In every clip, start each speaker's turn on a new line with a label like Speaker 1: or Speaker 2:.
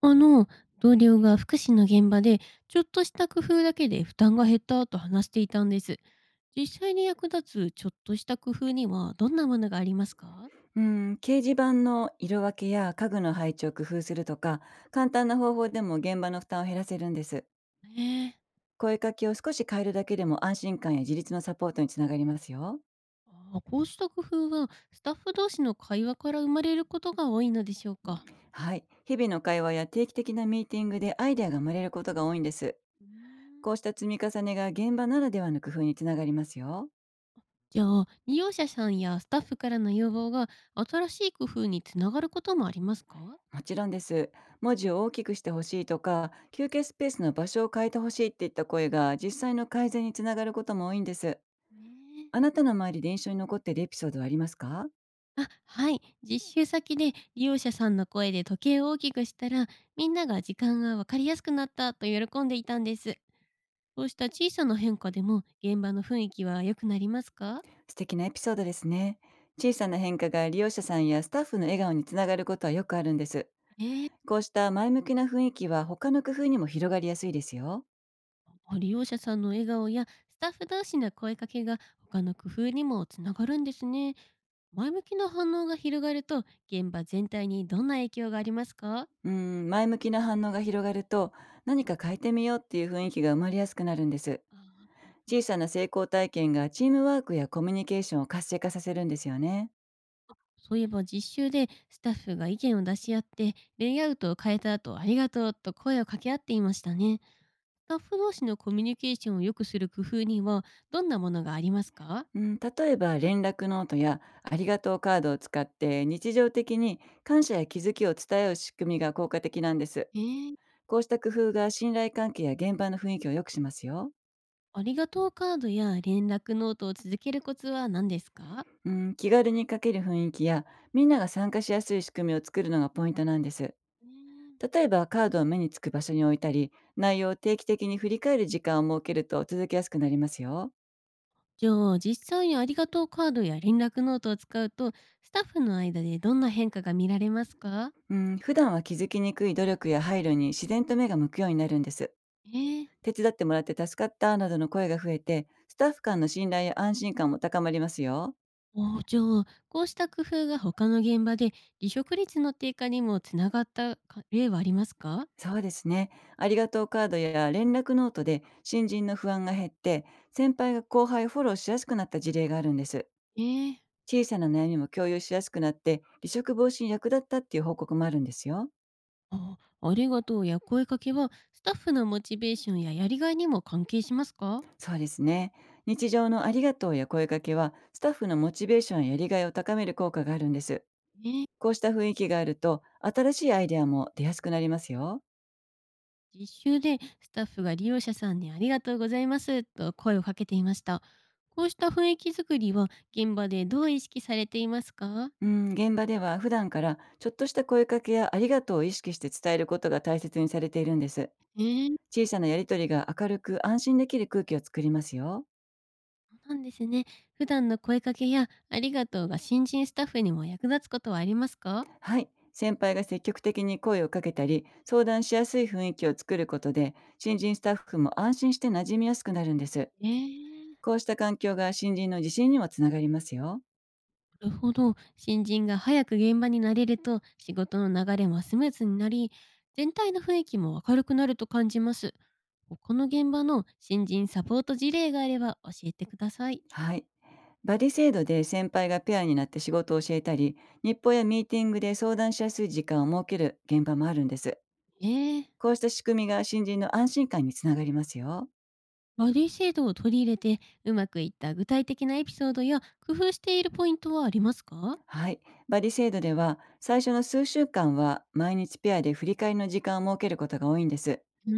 Speaker 1: あの、同僚が福祉の現場で、ちょっとした工夫だけで負担が減ったと話していたんです。実際に役立つちょっとした工夫にはどんなものがありますか？
Speaker 2: うん、掲示板の色分けや家具の配置を工夫するとか、簡単な方法でも現場の負担を減らせるんです。
Speaker 1: ええ。
Speaker 2: 声かけを少し変えるだけでも安心感や自立のサポートにつながりますよ。
Speaker 1: ああ、こうした工夫はスタッフ同士の会話から生まれることが多いのでしょうか？
Speaker 2: はい。日々の会話や定期的なミーティングでアイデアが生まれることが多いんです。
Speaker 1: うーん。
Speaker 2: こうした積み重ねが現場ならではの工夫につながりますよ。
Speaker 1: じゃあ、利用者さんやスタッフからの要望が新しい工夫につながることもありますか？
Speaker 2: もちろんです。文字を大きくしてほしいとか、休憩スペースの場所を変えてほしいっていった声が実際の改善につながることも多いんです。
Speaker 1: ね
Speaker 2: あ
Speaker 1: え。
Speaker 2: なたの周りで印象に残っているエピソードはありますか？
Speaker 1: あ、はい。実習先で利用者さんの声で時計を大きくしたら、みんなが時間がわかりやすくなったと喜んでいたんです。こうした小さな変化でも現場の雰囲気は良くなりますか？
Speaker 2: 素敵なエピソードですね。小さな変化が利用者さんやスタッフの笑顔につながることはよくあるんです。
Speaker 1: ええ。
Speaker 2: こうした前向きな雰囲気は他の工夫にも広がりやすいですよ。
Speaker 1: 利用者さんの笑顔やスタッフ同士の声かけが他の工夫にもつながるんですね。前向きな反応が広がると現場全体にどんな影響がありますか？
Speaker 2: うーん、前向きな反応が広がると、何か変えてみようっていう雰囲気が生まれやすくなるんです。小さな成功体験がチームワークやコミュニケーションを活性化させるんですよね。
Speaker 1: そういえば実習でスタッフが意見を出し合ってレイアウトを変えた後ありがとうと声を掛け合っていましたね。スタッフ同士のコミュニケーションを良くする工夫にはどんなものがありますか？
Speaker 2: うん、例えば連絡ノートやありがとうカードを使って、日常的に感謝や気づきを伝え合う仕組みが効果的なんです。
Speaker 1: えー、
Speaker 2: こうした工夫が信頼関係や現場の雰囲気を良くしますよ。
Speaker 1: ありがとうカードや連絡ノートを続けるコツは何ですか？
Speaker 2: うん、気軽に書ける雰囲気や、みんなが参加しやすい仕組みを作るのがポイントなんです。
Speaker 1: えー
Speaker 2: 例えばカードを目につく場所に置いたり、内容を定期的に振り返る時間を設けると続けやすくなりますよ。
Speaker 1: じゃあ実際にありがとうカードや連絡ノートを使うとスタッフの間でどんな変化が見られますか？
Speaker 2: うん、普段は気づきにくい努力や配慮に自然と目が向くようになるんです。
Speaker 1: えー
Speaker 2: 手伝ってもらって助かったなどの声が増えて、スタッフ間の信頼や安心感も高まりますよ。
Speaker 1: おあ、じゃあ、こうした工夫が他の現場で離職率の低下にもつながったか例はありますか？
Speaker 2: そうですね。ありがとうカードや連絡ノートで新人の不安が減って、先輩が後輩をフォローしやすくなった事例があるんです。
Speaker 1: ええ。
Speaker 2: 小さな悩みも共有しやすくなって、離職防止に役立ったっていう報告もあるんですよ。
Speaker 1: ああ、りがとうや声かけはスタッフのモチベーションややりがいにも関係しますか？
Speaker 2: そうですね。日常のありがとうや声かけは、スタッフのモチベーションややりがいを高める効果があるんです。
Speaker 1: えー
Speaker 2: こうした雰囲気があると、新しいアイデアも出やすくなりますよ。
Speaker 1: 実習でスタッフが利用者さんにありがとうございますと声をかけていました。こうした雰囲気づくりは現場でどう意識されていますか？
Speaker 2: うん、現場では普段からちょっとした声かけやありがとうを意識して伝えることが大切にされているんです。
Speaker 1: ええ。
Speaker 2: 小さなやりとりが明るく安心できる空気を作りますよ。
Speaker 1: そうなんですね。普段の声かけやありがとうが新人スタッフにも役立つことはありますか？
Speaker 2: はい。先輩が積極的に声をかけたり、相談しやすい雰囲気を作ることで、新人スタッフも安心して馴染みやすくなるんです。
Speaker 1: ええ、
Speaker 2: こうした環境が新人の自信にもつながりますよ。
Speaker 1: なるほど。新人が早く現場に慣れると、仕事の流れもスムーズになり、全体の雰囲気も明るくなると感じます。この現場の新人サポート事例があれば教えてください。
Speaker 2: はい。バディ制度で先輩がペアになって仕事を教えたり、日報やミーティングで相談しやすい時間を設ける現場もあるんです。
Speaker 1: ええ、
Speaker 2: こうした仕組みが新人の安心感につながりますよ。
Speaker 1: バディ制度を取り入れて、うまくいった具体的なエピソードや工夫しているポイントはありますか？
Speaker 2: はい。バリ制度では、最初の数週間は毎日ペアで振り返りの時間を設けることが多いんです。
Speaker 1: うー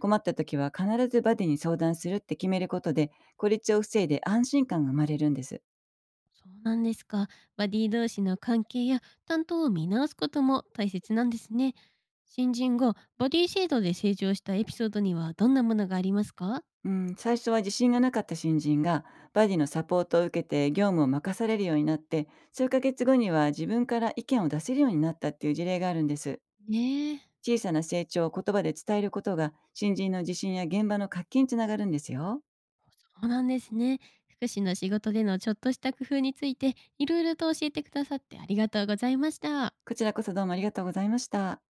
Speaker 1: ん。
Speaker 2: った時は必ずバディに相談するって決めることで、孤立を防いで安心感が生まれるんです。
Speaker 1: そうなんですか。バディ同士の関係や担当を見直すことも大切なんですね。新人がバディ制度で成長したエピソードにはどんなものがありますか？
Speaker 2: うん、最初は自信がなかった新人が、バディのサポートを受けて業務を任されるようになって、数ヶ月後には自分から意見を出せるようになったっていう事例があるんです。
Speaker 1: ねえ。
Speaker 2: 小さな成長を言葉で伝えることが、新人の自信や現場の活気につながるんですよ。
Speaker 1: そうなんですね。福祉の仕事でのちょっとした工夫についていろいろと教えてくださってありがとうございました。
Speaker 2: こちらこそどうもありがとうございました。